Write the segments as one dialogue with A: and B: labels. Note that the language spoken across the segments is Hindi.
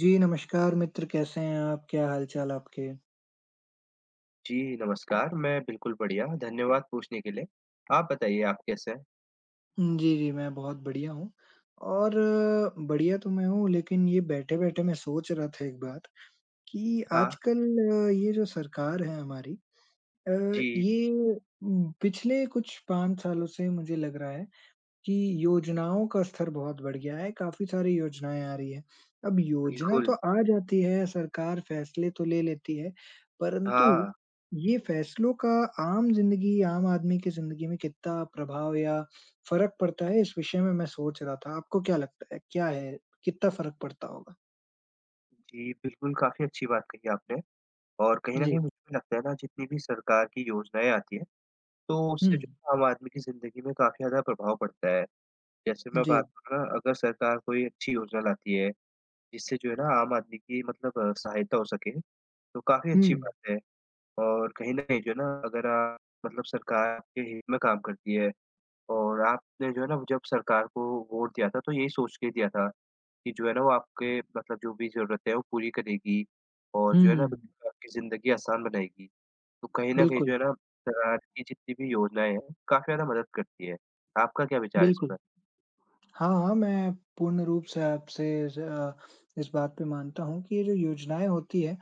A: जी, नमस्कार मित्र, कैसे हैं आप? क्या हाल-चाल आपके?
B: जी, नमस्कार। मैं बिल्कुल बढ़िया, धन्यवाद पूछने के लिए। आप बताइए आप कैसे हैं?
A: जी, जी, मैं बहुत बढ़िया हूँ। और बढ़िया तो मैं हूँ, लेकिन ये बैठे-बैठे मैं सोच रहा था एक बात कि
B: हाँ,
A: आजकल ये जो सरकार है हमारी अ,
B: जी,
A: ये पिछले कुछ 5 सालों से मुझे लग रहा है कि योजनाओं का स्तर बहुत बढ़ गया है, काफ़ी सारी योजनाएँ आ रही हैं। अब योजना तो
B: बिल्कुल।
A: आ जाती है, सरकार फैसले तो ले लेती है, परंतु
B: हाँ,
A: ये फैसलों का आम ज़िंदगी, आम आदमी की ज़िंदगी में कितना प्रभाव या फ़र्क पड़ता है, इस विषय में मैं सोच रहा था। आपको क्या लगता है, क्या है, कितना फ़र्क पड़ता होगा?
B: जी, बिल्कुल काफ़ी अच्छी बात कही आपने और कहीं न
A: जी।
B: कहीं मुझे भी लगता है ना जितनी भी सरकार की योजनाएँ आती हैं, तो
A: हुँ।
B: उससे जो है आम आदमी की ज़िंदगी में काफ़ी ज़्यादा प्रभाव पड़ता है। जैसे मैं
A: जी।
B: बात करूँ ना अगर सरकार कोई अच्छी योजना लाती है, जिससे जो है ना आम आदमी की मतलब सहायता हो सके, तो काफ़ी अच्छी
A: हुँ।
B: बात है और कहीं न कहीं जो है ना अगर आप मतलब सरकार के हित में काम करती है। और आपने जो है ना जब सरकार को वोट दिया था तो यही सोच के दिया था कि जो है ना वो आपके मतलब जो भी ज़रूरतें हैं वो पूरी करेगी और
A: हुँ।
B: जो है ना बिल्कुल आपकी ज़िंदगी आसान बनाएगी। तो कहीं न कहीं जो
A: बिल्कुल,
B: है ना सरकार की जितनी भी योजनाएँ हैं काफ़ी ज़्यादा मदद करती है। आपका क्या विचार है इस पर?
A: बिल्कुल। हाँ, हाँ, मैं पूर्ण रूप से आपसे ज़ अ, इस बात पे मानता हूँ कि ये जो योजनाएँ होती हैं,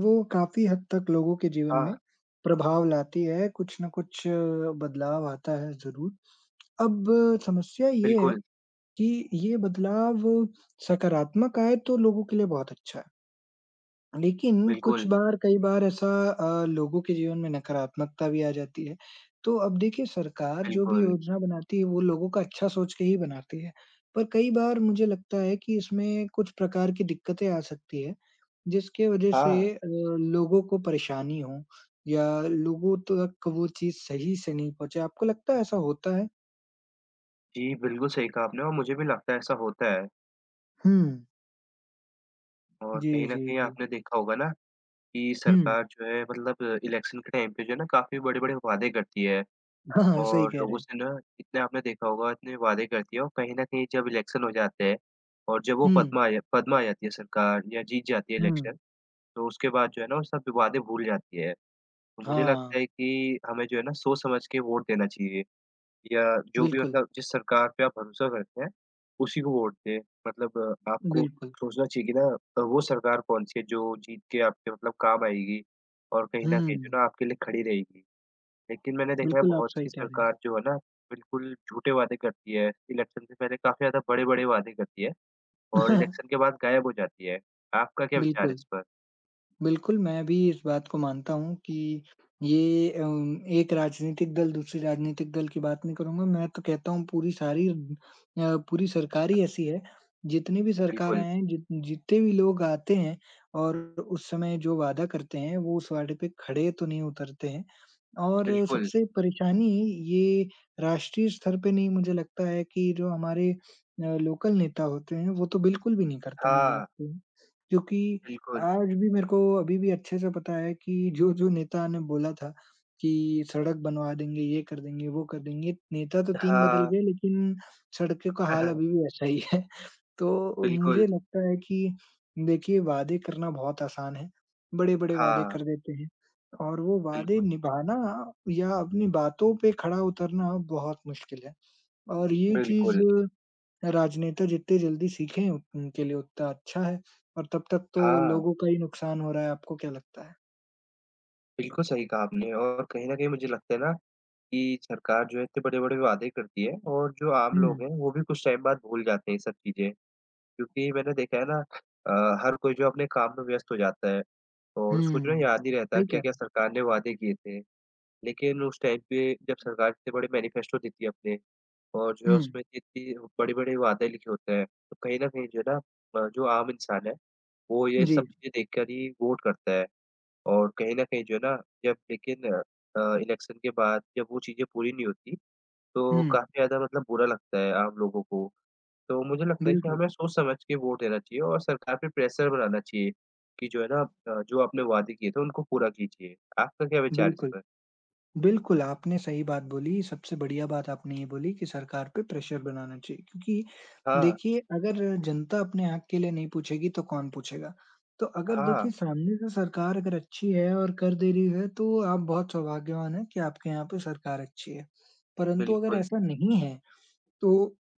A: वो काफ़ी हद तक लोगों के जीवन में
B: हाँ।
A: प्रभाव लाती है, कुछ न कुछ बदलाव आता है ज़रूर। अब समस्या ये है
B: बिल्कुल,
A: कि ये बदलाव सकारात्मक आए तो लोगों के लिए बहुत अच्छा है। लेकिन कुछ
B: बिल्कुल,
A: बार कई बार ऐसा लोगों के जीवन में नकारात्मकता भी आ जाती है। तो अब देखिए सरकार जो भी
B: बिल्कुल।
A: योजना बनाती है वो लोगों का अच्छा सोच के ही बनाती है। पर कई बार मुझे लगता है कि इसमें कुछ प्रकार की दिक्कतें आ सकती है, जिसके वजह से
B: हाँ।
A: लोगों को परेशानी हो या लोगों तक वो चीज़ सही से नहीं पहुँचे। आपको लगता है ऐसा होता है?
B: जी, बिल्कुल सही कहा आपने और मुझे भी लगता है ऐसा होता है
A: हुँ।
B: और
A: जी,
B: कहीं न
A: जी,
B: कहीं
A: जी।
B: आपने देखा होगा ना कि
A: हुँ।
B: सरकार जो है मतलब इलेक्शन के टाइम पे जो है ना काफ़ी बड़े-बड़े वादे करती है।
A: हाँ, हाँ, सही
B: और
A: कह रहे
B: लोगों
A: हैं।
B: से ना इतने आपने देखा होगा इतने वादे करती है और कहीं न कहीं जब इलेक्शन हो जाते हैं और जब वो
A: हुँ,
B: पद्मा आ जाती है सरकार या जीत जाती है इलेक्शन,
A: हुँ।
B: तो उसके बाद जो है ना वो सब वादे भूल जाती है। तो मुझे
A: हाँ,
B: लगता है कि हमें जो है ना सोच समझ के वोट देना चाहिए या जो भी
A: बिल्कुल,
B: मतलब जिस सरकार पे आप भरोसा करते हैं, उसी को वोट दें। मतलब आपको
A: बिल्कुल।
B: सोचना चाहिए कि ना वो सरकार कौन-सी है जो जीत के आपके मतलब काम आएगी और कहीं न कहीं जो
A: हुँ,
B: है ना आपके लिए खड़ी रहेगी। लेकिन मैंने देखा है
A: बिल्कुल आप
B: बहुत
A: सही
B: सी
A: कह रहे हैं।
B: सरकार जो है ना बिल्कुल झूठे वादे करती है। इलेक्शन से पहले काफ़ी ज़्यादा बड़े-बड़े वादे करती है और इलेक्शन के बाद गायब हो जाती है। आपका क्या विचार है
A: बिल्कुल,
B: इस पर?
A: बिल्कुल मैं भी इस बात को मानता हूँ कि ये एक राजनीतिक दल दूसरे राजनीतिक दल की बात नहीं करूँगा, मैं तो कहता हूँ पूरी सरकार ही ऐसी है, जितनी भी सरकार
B: बिल्कुल,
A: हैं, जितने भी लोग आते हैं और उस समय जो वादा करते हैं, वो उस वादे पे खड़े तो नहीं उतरते हैं। और
B: बिल्कुल।
A: सबसे परेशानी ये राष्ट्रीय स्तर पे नहीं मुझे लगता है कि जो हमारे लोकल नेता होते हैं वो तो बिल्कुल भी नहीं करते मुझे
B: हाँ,
A: लगता है। क्योंकि
B: बिल्कुल।
A: आज भी मेरे को अभी भी अच्छे से पता है कि जो-जो नेता ने बोला था कि सड़क बनवा देंगे, ये कर देंगे, वो कर देंगे, नेता तो 3 बदल
B: हाँ।
A: गए लेकिन सड़कों का हाल अभी भी वैसा ही है। तो
B: बिल्कुल।
A: मुझे लगता है कि देखिए वादे करना बहुत आसान है। बड़े-बड़े वादे
B: हाँ,
A: कर देते हैं और वो वादे
B: बिल्कुल,
A: निभाना या अपनी बातों पे खड़ा उतरना बहुत मुश्किल है और ये चीज़
B: बिल्कुल।
A: राजनेता जितने जल्दी सीखें उत उनके लिए उतना अच्छा है और तब तक तो
B: हाँ,
A: लोगों का ही नुकसान हो रहा है। आपको क्या लगता है?
B: बिल्कुल सही कहा आपने और कहीं न कहीं मुझे लगता है ना कि सरकार जो है इतने बड़े-बड़े वादे करती है और जो आम लोग
A: हुँ,
B: हैं वो भी कुछ टाइम बाद भूल जाते हैं ये सब चीज़ें। क्योंकि मैंने देखा है ना हर कोई जो अपने काम में व्यस्त हो जाता है और उसको जो है
A: हुँ,
B: याद नहीं रहता
A: सही कह रहे
B: क्या-क्या
A: हैं।
B: सरकार ने वादे किए थे। लेकिन उस टाइम पे जब सरकार इतने बड़े मैनिफेस्टो देती है अपने और जो
A: हुँ,
B: है उसमें इतनी बड़े-बड़े वादे लिखे होते हैं, तो कहीं न कहीं जो है ना जो आम इंसान है वो ये सब
A: जी,
B: चीज़ें देखकर ही वोट करता है और कहीं न कहीं जो है ना जब लेकिन इलेक्शन के बाद जब वो चीज़ें पूरी नहीं होती, तो
A: हुँ,
B: काफ़ी ज़्यादा मतलब बुरा लगता है आम लोगों को। तो मुझे लगता है कि
A: बिल्कुल,
B: हमें सोच समझ के वोट देना चाहिए और सरकार पे प्रेशर बनाना चाहिए कि जो है ना जो आपने वादे किए थे उनको पूरा कीजिए। आपका क्या विचार इस
A: बिल्कुल।
B: पर?
A: बिल्कुल, आपने सही बात बोली। सबसे बढ़िया बात आपने ये बोली कि सरकार पे प्रेशर बनाना चाहिए क्योंकि
B: हाँ,
A: देखिए अगर जनता अपने हक के लिए नहीं पूछेगी तो कौन पूछेगा? तो अगर देखिए
B: हाँ,
A: सामने से सरकार अगर अच्छी है और कर दे रही है तो आप बहुत सौभाग्यवान हैं कि आपके यहाँ पे सरकार अच्छी है। परंतु अगर
B: बिल्कुल।
A: ऐसा नहीं है तो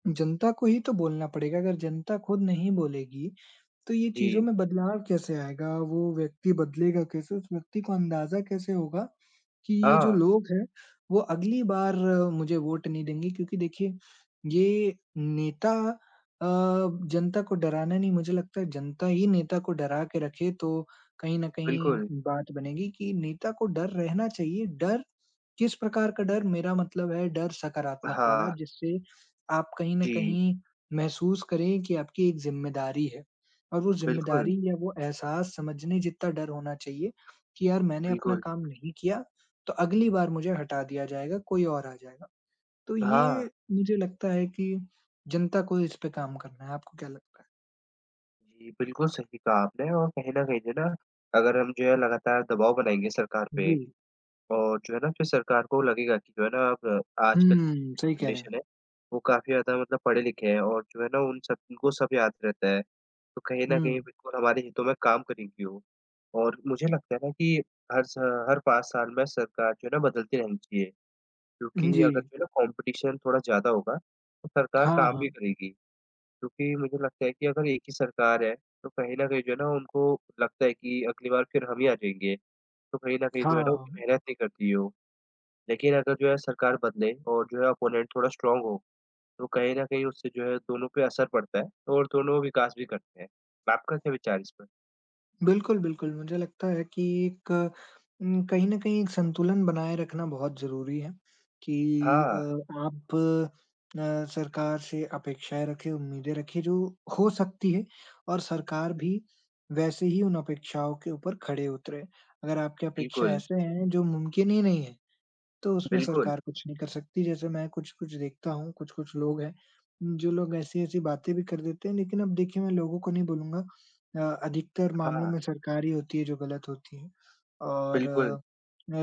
A: जनता को ही तो बोलना पड़ेगा। अगर जनता खुद नहीं बोलेगी तो ये चीज़ों
B: जी,
A: में बदलाव कैसे आएगा? वो व्यक्ति बदलेगा कैसे? उस व्यक्ति को अंदाज़ा कैसे होगा कि ये जो
B: हाँ,
A: लोग हैं, वो अगली बार मुझे वोट नहीं देंगे क्योंकि देखिए, ये नेता अ, जनता को डराना नहीं मुझे लगता है जनता ही नेता को डरा के रखे तो कहीं न कहीं
B: बिल्कुल।
A: बात बनेगी कि नेता को डर रहना चाहिए। डर किस प्रकार का डर? मेरा मतलब है डर सकारात्मक वाला
B: हाँ,
A: जिससे आप कहीं न
B: जी,
A: कहीं महसूस करें कि आपकी एक ज़िम्मेदारी है और वो
B: बिल्कुल,
A: ज़िम्मेदारी या वो एहसास समझने जितना डर होना चाहिए कि यार मैंने अपना
B: बिल्कुल।
A: काम नहीं किया, तो अगली बार मुझे हटा दिया जाएगा, कोई और आ जाएगा। तो ये
B: हाँ,
A: मुझे लगता है कि जनता को इस पे काम करना है। आपको क्या लगता है?
B: जी, बिल्कुल सही कहा आपने और कहीं न कहीं जो है ना अगर हम जो है लगातार दबाव बनाएँगे सरकार पे
A: जी।
B: और जो है ना, फिर सरकार को लगेगा कि जो है ना अब आजकल
A: हुँ, सही
B: की
A: कह रहे हैं।
B: जनरेशन है, वो काफ़ी ज़्यादा मतलब पढ़े-लिखे हैं और जो है ना उन सब उनको सब याद रहता है। तो कहीं न कहीं
A: हुँ।
B: बिल्कुल हमारे हितों में काम करेंगी वो। और मुझे लगता है ना कि हर स हर 5 साल में सरकार जो है ना बदलती रहनी चाहिए, क्योंकि
A: जी।
B: अगर जो है ना कॉम्पिटिशन थोड़ा ज़्यादा होगा, तो सरकार
A: हाँ,
B: काम
A: हाँ।
B: भी करेगी। क्योंकि मुझे लगता है कि अगर एक ही सरकार है, तो कहीं न कहीं जो है ना उनको लगता है कि अगली बार फिर हम ही आ जाएँगे, तो कहीं न कहीं जो है ना
A: हाँ।
B: उनकी मेहनत नहीं करती है वो। लेकिन अगर जो है सरकार बदले और जो है अपोनेंट थोड़ा स्ट्रॉन्ग हो, तो कहीं न कहीं उससे जो है दोनों पे असर पड़ता है और दोनों विकास भी करते हैं। आपका क्या विचार इस पर?
A: बिल्कुल, बिल्कुल। मुझे लगता है कि एक कहीं न कहीं एक संतुलन बनाए रखना बहुत ज़रूरी है कि अ,
B: हाँ,
A: आप सरकार से अपेक्षाएँ रखें, उम्मीदें रखें जो हो सकती है और सरकार भी वैसे ही उन अपेक्षाओं के ऊपर खड़े उतरे। अगर आपकी अपेक्षा
B: बिल्कुल,
A: ऐसे हैं जो मुमकिन ही नहीं है तो उसमें
B: बिल्कुल,
A: सरकार कुछ नहीं कर सकती। जैसे मैं कुछ-कुछ देखता हूँ, कुछ-कुछ लोग हैं, जो लोग ऐसी-ऐसी बातें भी कर देते हैं, लेकिन अब देखिए मैं लोगों को नहीं बोलूँगा अधिकतर मामलों
B: हाँ,
A: में सरकार ही होती है जो गलत होती है। और
B: बिल्कुल,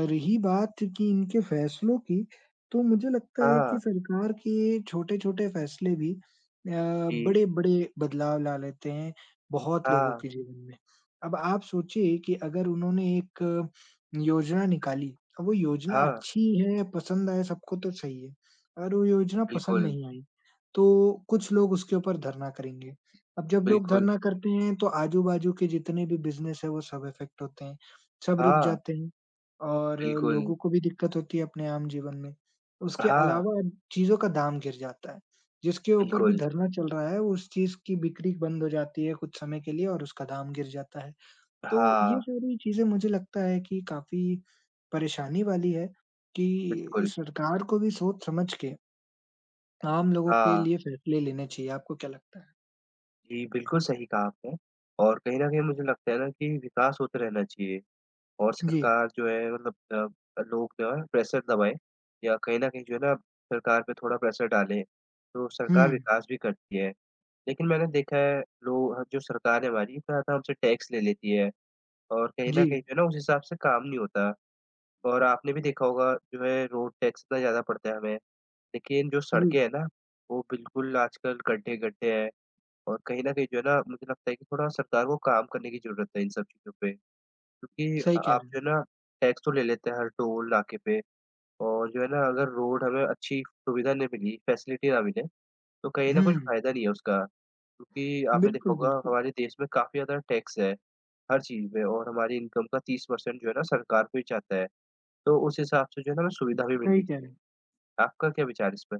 A: रही बात कि इनके फैसलों की, तो मुझे लगता है कि
B: हाँ,
A: सरकार के छोटे-छोटे फैसले भी
B: जी,
A: बड़े-बड़े बदलाव ला लेते हैं बहुत लोगों
B: हाँ,
A: के जीवन में। अब आप सोचिए कि अगर उन्होंने एक योजना निकाली अब वो योजना
B: हाँ,
A: अच्छी है, पसंद आए सबको तो सही है। अगर वो योजना पसंद
B: बिल्कुल,
A: नहीं आई, तो कुछ लोग उसके ऊपर धरना करेंगे। अब जब लोग
B: बिल्कुल,
A: धरना करते हैं तो आजू-बाजू के जितने भी बिज़नेस है वो सब इफ़ेक्ट होते हैं, सब रुक
B: हाँ,
A: जाते हैं और
B: बिल्कुल,
A: लोगों को भी दिक्कत होती है अपने आम जीवन में। उसके
B: हाँ,
A: अलावा चीज़ों का दाम गिर जाता है, जिसके ऊपर भी
B: बिल्कुल,
A: धरना चल रहा है उस चीज़ की बिक्री बंद हो जाती है कुछ समय के लिए और उसका दाम गिर जाता है। तो ये
B: हाँ,
A: सारी चीज़ें मुझे लगता है कि काफ़ी परेशानी वाली है कि
B: बिल्कुल,
A: सरकार को भी सोच-समझ के आम लोगों के
B: हाँ।
A: लिए फैसले लेने चाहिए। आपको क्या लगता है?
B: जी, बिल्कुल सही कहा आपने और कहीं न कहीं मुझे लगता है ना कि विकास होते रहना चाहिए। और
A: जी।
B: सरकार जो है मतलब लोग जो है प्रेशर दबाएँ या कहीं न कहीं जो है ना सरकार पे थोड़ा प्रेशर डाले, तो
A: हुँ।
B: सरकार विकास भी करती है। लेकिन मैंने देखा है लोग जो सरकार है हमारी इतना-इतना हमसे टैक्स ले लेती है और कहीं न
A: जी,
B: कहीं जो है ना उस हिसाब से काम नहीं होता। और आपने भी देखा होगा जो है रोड टैक्स इतना ज़्यादा पड़ता है हमें, लेकिन जो
A: हुँ।
B: सड़कें हैं ना वो बिल्कुल आजकल गड्ढे-गड्ढे हैं और कहीं न कहीं जो है ना मुझे लगता है कि थोड़ा सरकार को काम करने की ज़रूरत है इन सब चीज़ों पे। क्योंकि
A: सही कह
B: आप
A: रहे हैं।
B: जो है ना टैक्स तो ले लेते हैं हर टोल नाके पे और जो है ना अगर रोड हमें अच्छी सुविधा नहीं मिली, फैसिलिटी ना मिले, तो कहीं
A: हुँ।
B: न कुछ फ़ायदा नहीं है उसका। क्योंकि आपने देखा
A: बिल्कुल,
B: होगा
A: बिल्कुल।
B: हमारे देश में काफ़ी ज़्यादा टैक्स है, हर चीज़ में और हमारी इनकम का 30% जो है ना सरकार को ही जाता है। तो उस हिसाब से जो है ना हमें सुविधा भी मिलनी
A: सही कह रहे
B: चाहिए।
A: हैं।
B: आपका क्या विचार है इस पर?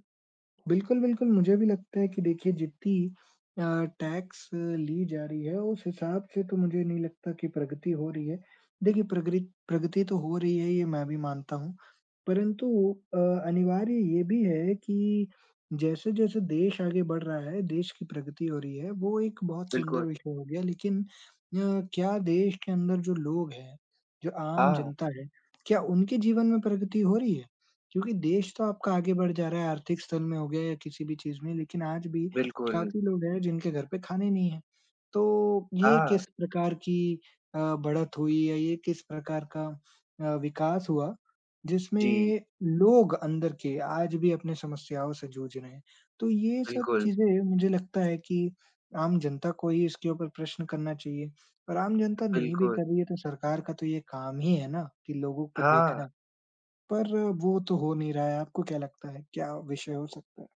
A: बिल्कुल, बिल्कुल मुझे भी लगता है कि देखिए जितनी अ, टैक्स ली जा रही है उस हिसाब से तो मुझे नहीं लगता कि प्रगति हो रही है। देखिए प्रगरि प्रगति तो हो रही है ये मैं भी मानता हूँ। परंतु अ, अनिवार्य ये भी है कि जैसे-जैसे देश आगे बढ़ रहा है, देश की प्रगति हो रही है, वो एक बहुत सुंदर
B: बिल्कुल,
A: विषय हो गया लेकिन क्या देश के अंदर जो लोग हैं, जो आम
B: हाँ,
A: जनता है, क्या उनके जीवन में प्रगति हो रही है? क्योंकि देश तो आपका आगे बढ़ जा रहा है, आर्थिक स्तर में हो गया या किसी भी चीज़ में, लेकिन आज भी
B: बिल्कुल,
A: काफ़ी लोग हैं जिनके घर पे खाने नहीं है। तो ये
B: हाँ,
A: किस प्रकार की बढ़त हुई या ये किस प्रकार का विकास हुआ
B: जी,
A: जिसमें लोग अंदर के आज भी अपनी समस्याओं से जूझ रहे हैं। तो ये सब
B: बिल्कुल,
A: चीज़ें मुझे लगता है कि आम जनता को ही इसके ऊपर प्रश्न करना चाहिए और आम जनता नहीं भी
B: बिल्कुल,
A: कर रही है तो सरकार का तो ये काम ही है ना कि लोगों पे
B: हाँ।
A: देखना, पर वो तो हो नहीं रहा है। आपको क्या लगता है, क्या विषय हो सकता है?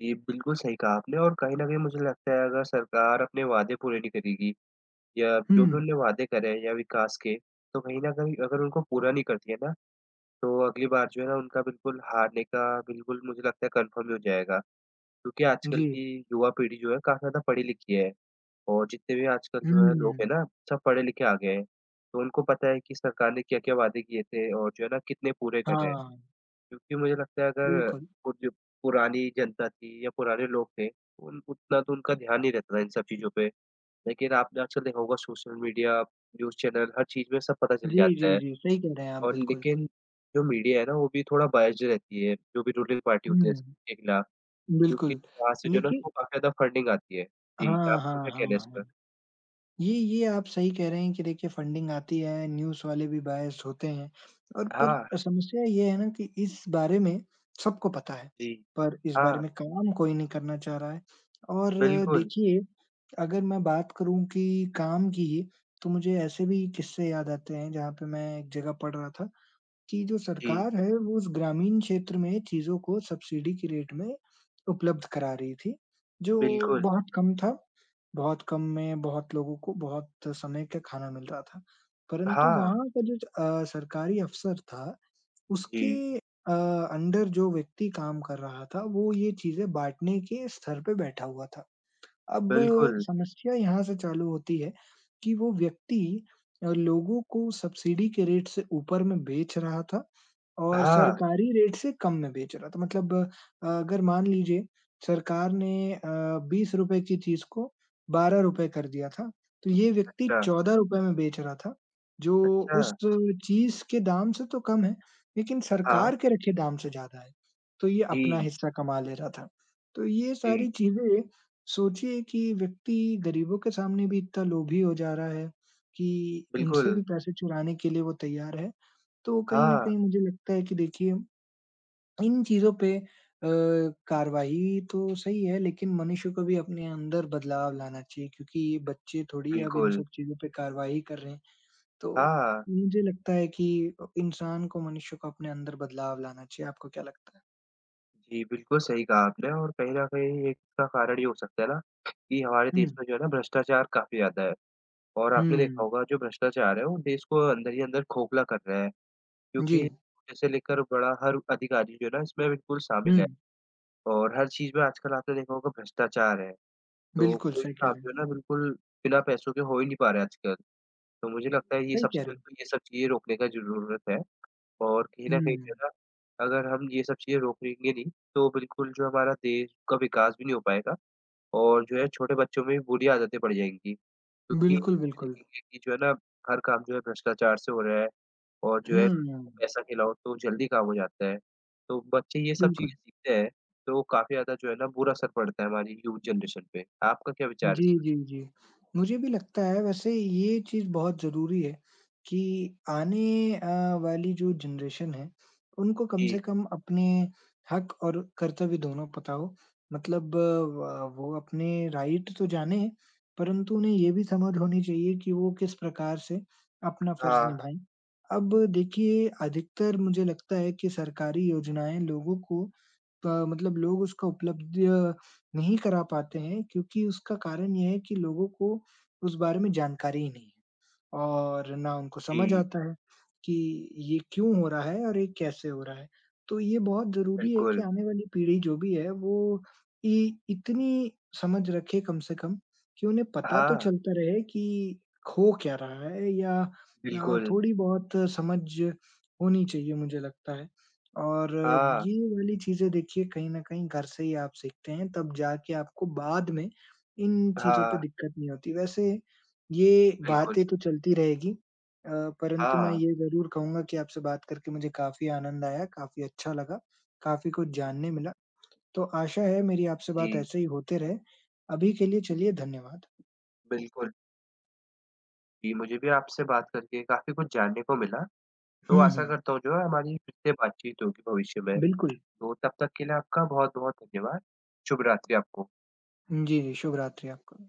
B: जी, बिल्कुल सही कहा आपने और कहीं न कहीं मुझे लगता है अगर सरकार अपने वादे पूरे नहीं करेगी या जो भी
A: हुँ,
B: उनने वादे करे हैं या विकास के, तो कहीं न कहीं अगर उनको पूरा नहीं करती है ना, तो अगली बार जो है ना उनका बिल्कुल हारने का बिल्कुल मुझे लगता है कन्फर्म ही हो जाएगा। क्योंकि आजकल
A: जी।
B: की युवा पीढ़ी जो है काफ़ी ज़्यादा पढ़ी लिखी है और जितने भी आजकल जो है लोग
A: हुँ,
B: हैं ना, सब पढ़े लिखे आ गए हैं। तो उनको पता है कि सरकार ने क्या-क्या वादे किए थे और जो है ना कितने पूरे करे हैं।
A: हाँ,
B: क्योंकि मुझे लगता है अगर
A: बिल्कुल।
B: वो जो पुरानी जनता थी या पुराने लोग थे, उन उतना तो उनका ध्यान नहीं रहता था इन सब चीज़ों पे। लेकिन आपने आजकल देखा होगा सोशल मीडिया, न्यूज़ चैनल हर चीज़ में सब पता चल
A: जी, जी,
B: जाता है।
A: जी, सही कह रहे हैं आप
B: और
A: बिल्कुल।
B: लेकिन जो मीडिया है ना वो भी थोड़ा बायस्ड रहती है, जो भी रूलिंग पार्टी होती है
A: हुँ,
B: इसके खिलाफ, क्योंकि
A: बिल्कुल।
B: वहाँ से जो है ना
A: देखिए
B: उसको काफ़ी ज़्यादा फंडिंग आती है। जी,
A: हाँ, हाँ,
B: आपका क्या कहना है इस
A: हाँ,
B: पर?
A: हाँ। ये आप सही कह रहे हैं कि देखिए फंडिंग आती है, न्यूज़ वाले भी बायस्ड होते हैं और पर
B: हाँ,
A: समस्या ये है ना कि इस बारे में सबको पता है,
B: जी।
A: पर इस बारे
B: हाँ,
A: में काम कोई नहीं करना चाह रहा है और
B: बिल्कुल।
A: देखिए, अगर मैं बात करूँ कि काम की तो मुझे ऐसे भी किस्से याद आते हैं जहाँ पे मैं एक जगह पढ़ रहा था कि जो
B: जी,
A: सरकार है वो उस ग्रामीण क्षेत्र में चीज़ों को सब्सिडी के रेट में उपलब्ध करा रही थी, जो
B: बिल्कुल।
A: बहुत कम था। बहुत कम में बहुत लोगों को बहुत समय का खाना मिल रहा था। परंतु
B: हाँ,
A: वहाँ का जो सरकारी अफ़सर था,
B: जी,
A: उसके अ, अंडर जो व्यक्ति काम कर रहा था, वो ये चीज़ें बाँटने के स्तर पे बैठा हुआ था। अब
B: बिल्कुल।
A: समस्या यहाँ से चालू होती है कि वो व्यक्ति लोगों को सब्सिडी के रेट से ऊपर में बेच रहा था और
B: हाँ,
A: सरकारी रेट से कम में बेच रहा था। मतलब अगर मान लीजिए सरकार ने ₹20 की चीज़ को ₹12 कर दिया था, तो ये व्यक्ति
B: अच्छा,
A: ₹14 में बेच रहा था, जो
B: अच्छा,
A: उस चीज़ के दाम से तो कम है, लेकिन
B: हाँ।
A: सरकार के रखे दाम से ज़्यादा है। तो ये अपना
B: जी,
A: हिस्सा कमा ले रहा था। तो ये सारी
B: जी,
A: चीज़ें सोचिए कि व्यक्ति गरीबों के सामने भी इतना लोभी हो जा रहा है कि उनसे
B: बिल्कुल।
A: भी पैसे चुराने के लिए वो तैयार है। तो कहीं न
B: हाँ,
A: कहीं मुझे लगता है कि देखिए इन चीज़ों पे कार्रवाई तो सही है लेकिन मनुष्य को भी अपने अंदर बदलाव लाना चाहिए क्योंकि ये बच्चे थोड़ी अब इन
B: बिल्कुल।
A: सब चीज़ों पे कार्रवाई कर रहे हैं। तो
B: हाँ,
A: मुझे लगता है कि इंसान को मनुष्य को अपने अंदर बदलाव लाना चाहिए। आपको क्या लगता है?
B: जी, बिल्कुल सही कहा आपने और कहीं न कहीं इसका कारण ये हो सकता है ना कि हमारे
A: हुँ,
B: देश में जो है ना भ्रष्टाचार काफ़ी ज़्यादा है और
A: हुँ।
B: आपने देखा होगा जो भ्रष्टाचार है वो देश को अंदर ही अंदर खोखला कर रहा है
A: जी,
B: क्योंकि छोटे से लेकर बड़ा हर अधिकारी जो है ना इसमें बिल्कुल
A: हुँ।
B: शामिल है और हर चीज़ में आजकल आपने देखा होगा भ्रष्टाचार है। तो
A: बिल्कुल
B: कोई भी
A: सही कह
B: काम
A: रहे हैं,
B: जो है ना बिल्कुल बिना पैसों के हो ही नहीं पा रहा है आजकल। तो मुझे लगता है ये
A: सही
B: सबसे
A: कह रहे
B: पहले
A: हैं।
B: तो ये सब चीज़ें रोकने का ज़रूरत है। और कहीं
A: हुँ,
B: न कहीं जो है ना, अगर हम ये सब चीज़ें रोकेंगे नहीं, तो बिल्कुल जो हमारा देश का विकास भी नहीं हो पाएगा और जो है छोटे बच्चों में भी बुरी आदतें पड़ जाएँगी। क्योंकि
A: बिल्कुल,
B: वो भी
A: बिल्कुल।
B: देखेंगे कि जो है ना, हर काम जो है भ्रष्टाचार से हो रहा है और जो है
A: हुँ,
B: पैसा खिलाओ तो जल्दी काम हो जाता है। तो बच्चे ये सब
A: बिल्कुल।
B: चीज़ें सीखते हैं, तो काफ़ी ज़्यादा जो है ना बुरा असर पड़ता है हमारी यूथ जनरेशन पे। आपका क्या विचार है
A: जी,
B: इस पर?
A: जी, जी। मुझे भी लगता है वैसे ये चीज़ बहुत ज़रूरी है कि आने वाली जो जनरेशन है, उनको कम से
B: जी,
A: कम अपने हक और कर्तव्य दोनों पता हो। मतलब व वो अपने राइट तो जाने, परंतु उन्हें ये भी समझ होनी चाहिए कि वो किस प्रकार से अपना फ़र्ज़
B: हाँ,
A: निभाएँ। अब देखिए अधिकतर मुझे लगता है कि सरकारी योजनाएँ लोगों को प मतलब लोग उसका उपलब्ध नहीं करा पाते हैं क्योंकि उसका कारण ये है कि लोगों को उस बारे में जानकारी ही नहीं है। और ना उनको समझ
B: जी,
A: आता है कि ये क्यों हो रहा है और ये कैसे हो रहा है। तो ये बहुत ज़रूरी है कि
B: बिल्कुल।
A: आने वाली पीढ़ी जो भी है वो इ इतनी समझ रखे कम से कम कि उन्हें पता तो
B: हाँ,
A: चलता रहे कि हो क्या रहा है या
B: बिल्कुल।
A: थोड़ी-बहुत समझ होनी चाहिए मुझे लगता है। और
B: हाँ,
A: ये वाली चीज़ें देखिए कहीं न कहीं घर से ही आप सीखते हैं तब जाके आपको बाद में इन चीज़ों पे
B: हाँ,
A: दिक्कत नहीं होती। वैसे ये
B: बिल्कुल।
A: बातें तो चलती रहेगी अ, परंतु मैं
B: हाँ।
A: ये ज़रूर कहूँगा कि आपसे बात करके मुझे काफ़ी आनंद आया, काफ़ी अच्छा लगा, काफ़ी कुछ जानने मिला। तो आशा है मेरी आपसे बात
B: जी,
A: ऐसे ही होते रहे। अभी के लिए चलिए धन्यवाद।
B: बिल्कुल। जी, मुझे भी आपसे बात करके काफ़ी कुछ जानने को मिला, तो
A: हुँ,
B: आशा
A: हुँ।
B: करता हूँ जो है हमारी फिर से बातचीत होगी भविष्य में।
A: बिल्कुल।
B: तो तब तक के लिए आपका बहुत-बहुत धन्यवाद। शुभ रात्रि आपको।
A: जी, जी, शुभ रात्रि आपको।